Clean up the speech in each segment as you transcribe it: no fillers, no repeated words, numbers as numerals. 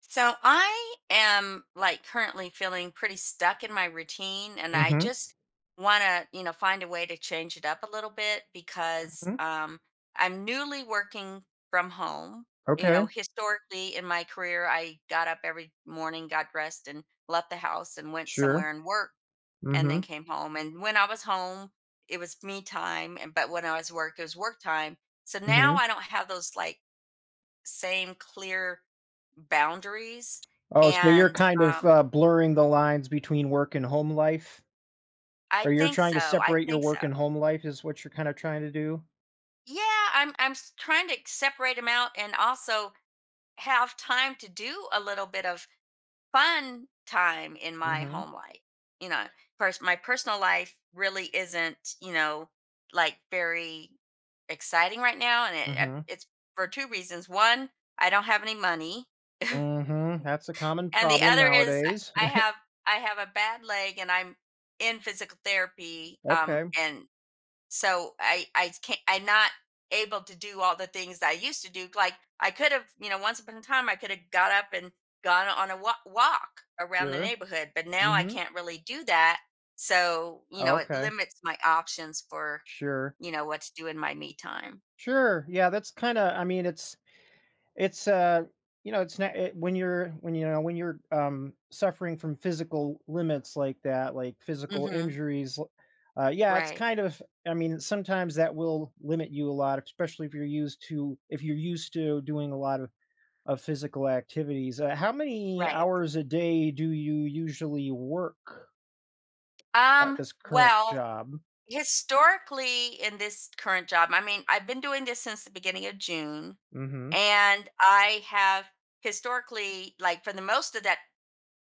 So I am currently feeling pretty stuck in my routine and I Mhm, just want to, you know, find a way to change it up a little bit because mhm. um I'm newly working from home. You know, Okay, historically in my career I got up every morning, got dressed and left the house and went sure. somewhere and worked and then Mhm, came home. And when I was home, it was me time and but when I was work it was work time. So now mhm. I don't have those same clear boundaries, Oh, so you're and, kind of, um uh, blurring the lines between work and home life, I or you're think trying so, to I separate your think so. work and home life is what you're kinda trying to do? Yeah, I'm s trying to separate them out and also have time to do a little bit of fun time in my Mhm, home life, you know, pers my personal life really isn't, you know, very exciting right now, and it, uh mhm, it's for 2 reasons. 1, I don't have any money. mhm. That's a common And the problem other is nowadays. I have I have a bad leg and I'm in physical therapy, Okay, and so I can't I'm not able to do all the things that I used to do, like, I could have, you know, once upon a time, I could have got up and gone on a wa walk around the sure. neighborhood, but now I Mhm. can't really do that, so, you know, it Okay, limits my options for, sure. you know, what to do in my me time. Sure, yeah, that's kinda I mean, it's, you know, it's not it, when you're when you're suffering from physical limits like that, like physical Mhm. injuries. Yeah, it's Right, kind of. I mean, sometimes that will limit you a lot, especially if you're used to doing a lot of physical activities. How many right. hours a day do you usually work at Um, this current well job? Historically, in this current job, I mean, I've been doing this since the beginning of June, Mm-hmm. and I have historically, like for the most of that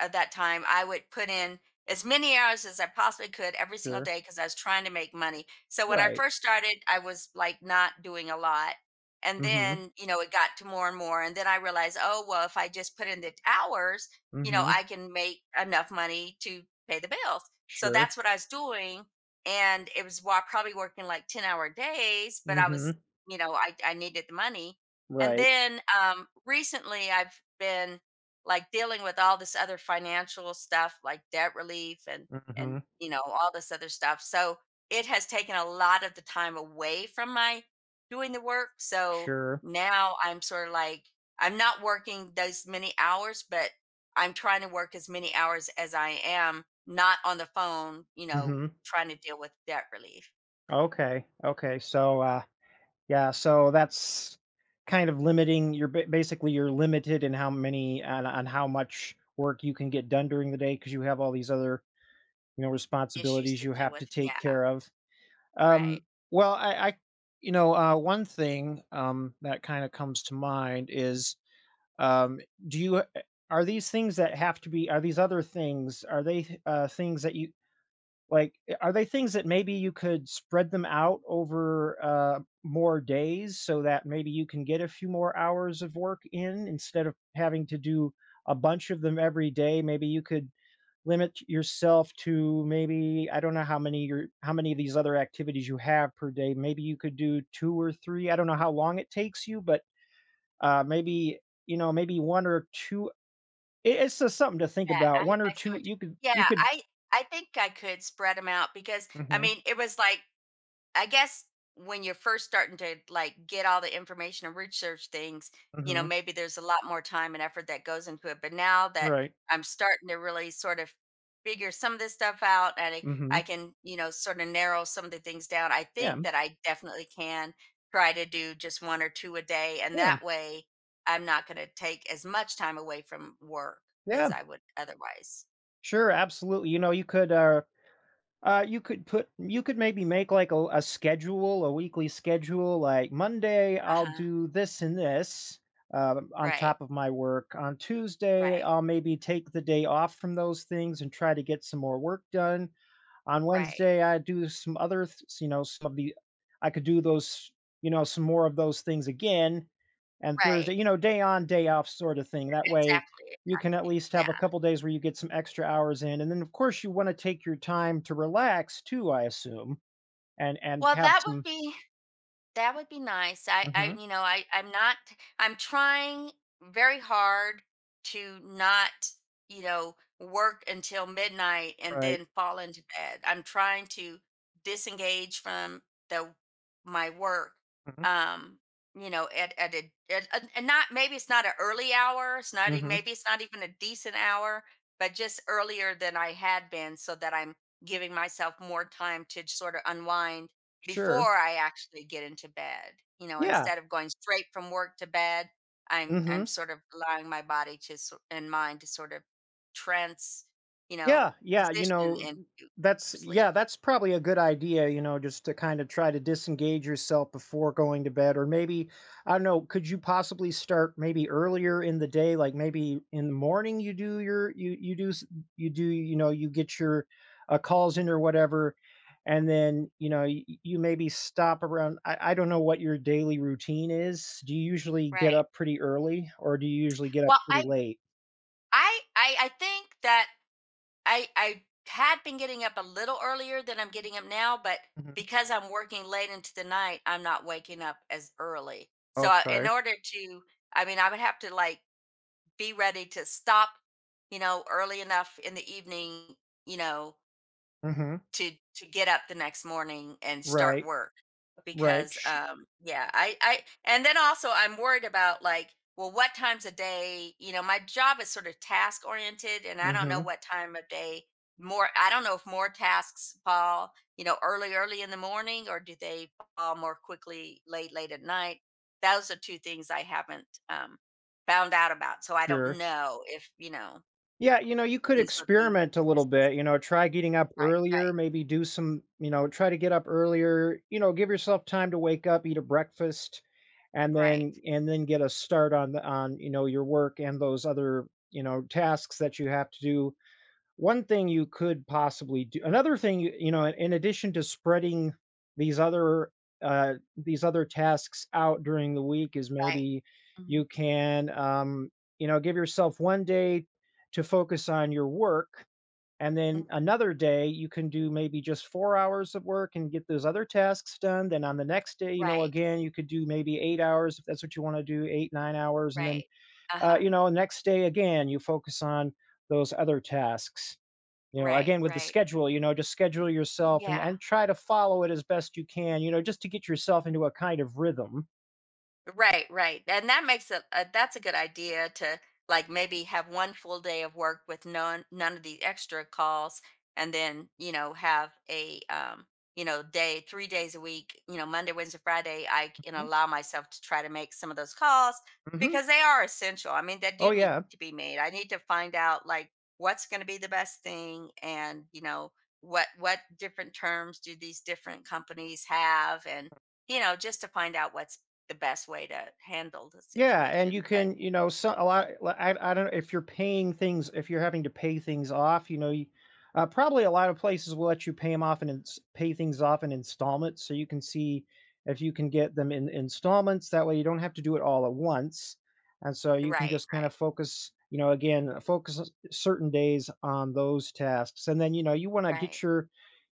at that time, I would put in as many hours as I possibly could every single Sure. day because I was trying to make money. So when I Right. first started, I was not doing a lot. And Mm-hmm. then, you know, it got to more and more. And then I realized, oh, well, if I just put in the hours, you know, Mm-hmm. I can make enough money to pay the bills. So Sure. that's what I was doing. And it was while probably working like 10-hour days, but I was, Mm-hmm. you know, I needed the money. And Right. then recently I've been like dealing with all this other financial stuff like debt relief and Mm-hmm. you know all this other stuff so it has taken a lot of the time away from my doing the work so Sure. now I'm sort of like I'm not working those many hours but I'm trying to work as many hours as I am not on the phone, you know, Mhm. trying to deal with debt relief Okay. Okay. So, yeah. So that's kind of limiting. Basically you're limited in on how much work you can get done during the day because you have all these other, you know, issues responsibilities to you deal have with, to take yeah. care of. Right. Um, well, I you know, one thing, that kind of comes to mind is, um, do you eh, are these things that have to be, are these other things, are they, things that you, are they things that maybe you could spread them out over, more days so that maybe you can get a few more hours of work in instead of having to do a bunch of them every day? Maybe you could limit yourself to maybe, I don't know how many, your how many of these other activities you have per day. Maybe you could do 2 or 3. I don't know how long it takes you, but, maybe, you know, maybe 1 or 2 i It's just something to think yeah about. i 1 or i see 2 what you you yeah, could. I think I could spread them out because I mean Mhm, it was like I guess when you're first starting to like get all the information and research things, you know, mhm, maybe there's a lot more time and effort that goes into it. But now that right, I'm starting to really sort of figure some of this stuff out and mhm. I can, you know, sort of narrow some of the things down, I Yeah, think that I definitely can try to do just one or two a day. And yeah, that way I'm not going to take as much time away from work as yeah. I would otherwise. Sure, absolutely. You know, you could put you could maybe make like a schedule, a weekly schedule, like Monday Uh I'll huh. do this and this, on Right. top of my work. On Tuesday, Right. I'll maybe take the day off from those things and try to get some more work done. On Right. Wednesday, I do some other th- you know, some of the, I could do those, you know, some more of those things again. And Thursday, Right. you know, day on, day off sort of thing. That way Exactly. you can at Exactly. least have a couple days where you get some extra hours in. And then of course you want to take your time to relax too, I assume, and Well, have some. That would be nice. I Mhm, you know, I I'm not I'm trying very hard to not, you know, work until midnight and right. then fall into bed. I'm trying to disengage from the my work. Mhm, Um, you know, at a at, at- and not maybe it's not an early hour, it's not e- mhm, maybe it's not even a decent hour, but just earlier than I had been so that I'm giving myself more time to sort of unwind sure. before I actually get into bed. You know, Yeah. instead of going straight from work to bed, I'm Mhm. sort of allowing my body to and mind to sort of trance, you Yeah, know, yeah, you position know, into sleep. That's probably a good idea, you know, just to kind of try to disengage yourself before going to bed. Or maybe, I don't know, could you possibly start maybe earlier in the day, like maybe in the morning you do, you know, you get your, calls in or whatever, and then, you know, you maybe stop around, I don't know what your daily routine is. Do you usually get Right. up pretty early or do you usually get up Well, pretty late? I think that I had been getting up a little earlier than I'm getting up now, but Mhm. because I'm working late into the night, I'm not waking up as early. So in Okay. order to, I mean, I would have to like be ready to stop, you know, early enough in the evening, you know, Mm-hmm. to get up the next morning and start Right. work Right, because sh yeah I and then also I'm worried about like well what times a day you know my job is sort of task oriented and I don't know mhm, what time of day more I don't know if more tasks fall you know early in the morning or do they fall more quickly late at night. Those are two things I haven't found out about so I don't sure. know if you know Yeah, you know, you could these would be experiment a as little bit, you busy. know, try getting up Right. earlier, maybe do some you know, try to get up earlier, you know, give yourself time to wake up, eat a breakfast, right and then get a start on the, you know, your work and those other, you know, tasks that you have to do. One thing you could possibly do, another thing, you know, in addition to spreading these other uh, these other tasks out during the week, is Right. maybe Mhm. you can um you know, give yourself one day to focus on your work, and then Mhm. another day you can do maybe just 4 hours of work and get those other tasks done. Then on the next day, you know, Right, again you could do maybe 8 hours if that's what you want to do, 8, 9 hours. And then, right. Uh-huh. you know, next day again you focus on those other tasks, you know, Right, again with the right. schedule. You know, just schedule yourself and, Yeah. Try to follow it as best you can, you know, just to get yourself into a kind of rhythm. Right, right. And that makes it that's a good idea to like maybe have one full day of work with none of the extra calls and then, you know, have a you know, day 3 days a week, you know, Monday, Wednesday, Friday, I can allow myself to try to make some of those calls Hmm, because they are essential. I mean, they do oh need yeah. to be made. I need to find out like what's going to be the best thing and, you know, what different terms do these different companies have and you know, just to find out what's the best way to handle the Yeah, and you situation, but can, you know, so a lot. Li- I don't know if you're paying things, if you're having to pay things off, you know, probably a lot of places will let you pay them off, pay things off in installments, so you can see if you can get them in installments. That way, you don't have to do it all at once, and so you can right, just kind right, of focus, you know, again, focus, certain days on those tasks, and then, you know, right.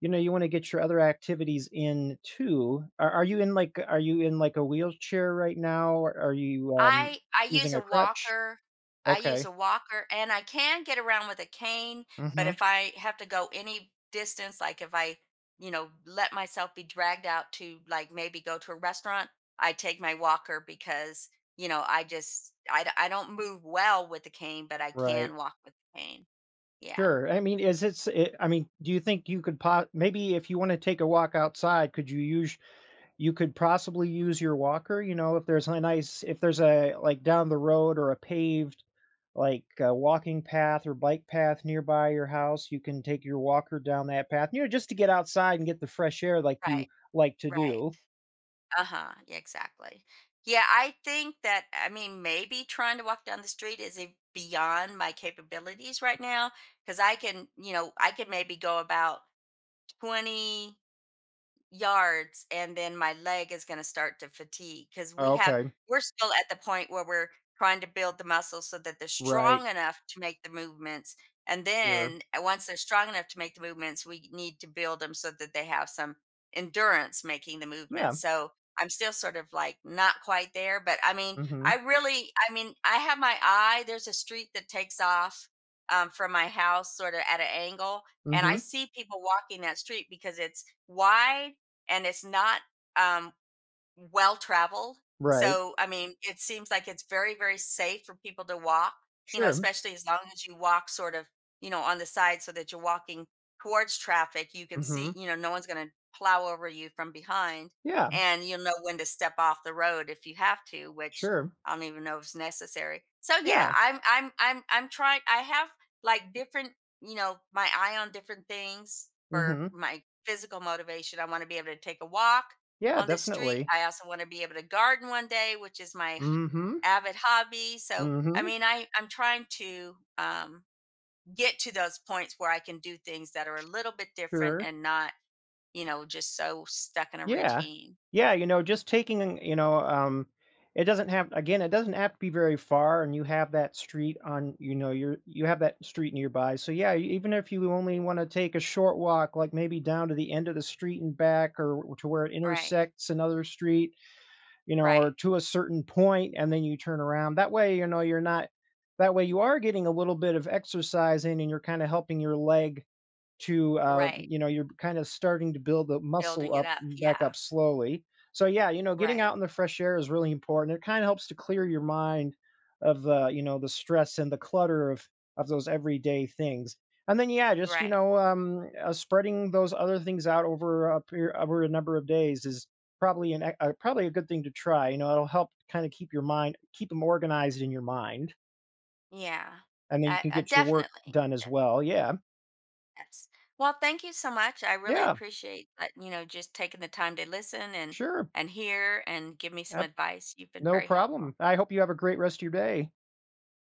you know, you wanna get your other activities in too. Are you in, like, a wheelchair right now? Or are you, I use using a a crutch? walker. I use Okay. a walker, and I can get around with a cane, but Mhm. if I have to go any distance, like if I, you know, let myself be dragged out to like maybe go to a restaurant, I take my walker because, you know, I just I d- I don't move well with the cane, but I can Right. walk with the cane. Yeah. Sure. I mean, is it's it I mean, do you think you could, po maybe if you wanna take a walk outside, could you use, you could possibly use your walker, you know, if there's a, like, down the road, or a paved, like, walking path or bike path nearby your house, you can take your walker down that path, you know, just to get outside and get the fresh air like you Right. like to Right. do. Uh-huh. Yeah, exactly. Yeah, I think that I mean maybe trying to walk down the street is a, beyond my capabilities right now because I can, you know, I can maybe go about 20 yards and then my leg is going to start to fatigue because Okay. we're still at the point where we're trying to build the muscles so that they're Right. strong enough to make the movements and Sure. then once they're strong enough to make the movements we need to build them so that they have some endurance making the Yeah. movements so I'm still sort of like not quite there but I mean Mhm. I mean I have my eye there's a street that takes off from my house sort of at an angle and I Mhm. see people walking that street because it's wide and it's not, um, well traveled. Right. So, I mean, it seems like it's very, very safe for people to walk, you know, Sure. especially as long as you walk sort of, you know, on the side so that you're walking towards traffic. You can see, Mhm. you know, no one's going to plow over you from behind. Yeah. And you'll know when to step off the road if you have to, which Sure. I don't even know if it's necessary. So yeah, Yeah. I'm trying I have like different, you know, my eye on different things for Mhm. my physical motivation. I want to be able to take a walk Yeah, on this street. definitely. I also want to be able to garden one day, which is my Mhm. avid hobby. So, I Mhm. mean, I'm trying to get to those points where I can do things that are a little bit different Sure. and not, you know, just so stuck in a Yeah. routine. Yeah, you know, just taking, you know, it doesn't have again, it doesn't have to be very far, and you have that street on, you know, you have that street nearby. So yeah, even if you only want to take a short walk, like maybe down to the end of the street and back, or to where it Right, intersects another street, you know, right, or to a certain point and then you turn around. That way, you know, you're not that way you are getting a little bit of exercise in, and you're kind of helping your leg to, right. you know, you're kind of starting to build the muscle Building it up, up. Yeah, back up slowly. So yeah, you know, getting right, out in the fresh air is really important. It kind of helps to clear your mind of the, you know, the stress and the clutter of those everyday things. And then yeah, just you right. know, spreading those other things out over over a number of days is probably probably a good thing to try. You know, it'll help kind of keep your mind, keep them organized in your mind, Yeah, and then you can I get your work definitely. done as Yeah. well. Yeah, Yes. Well, thank you so much. I really yeah, appreciate that, you know, just taking the time to listen sure. and hear and give me some advice. You've been No very helpful. problem. I hope you have a great rest of your day.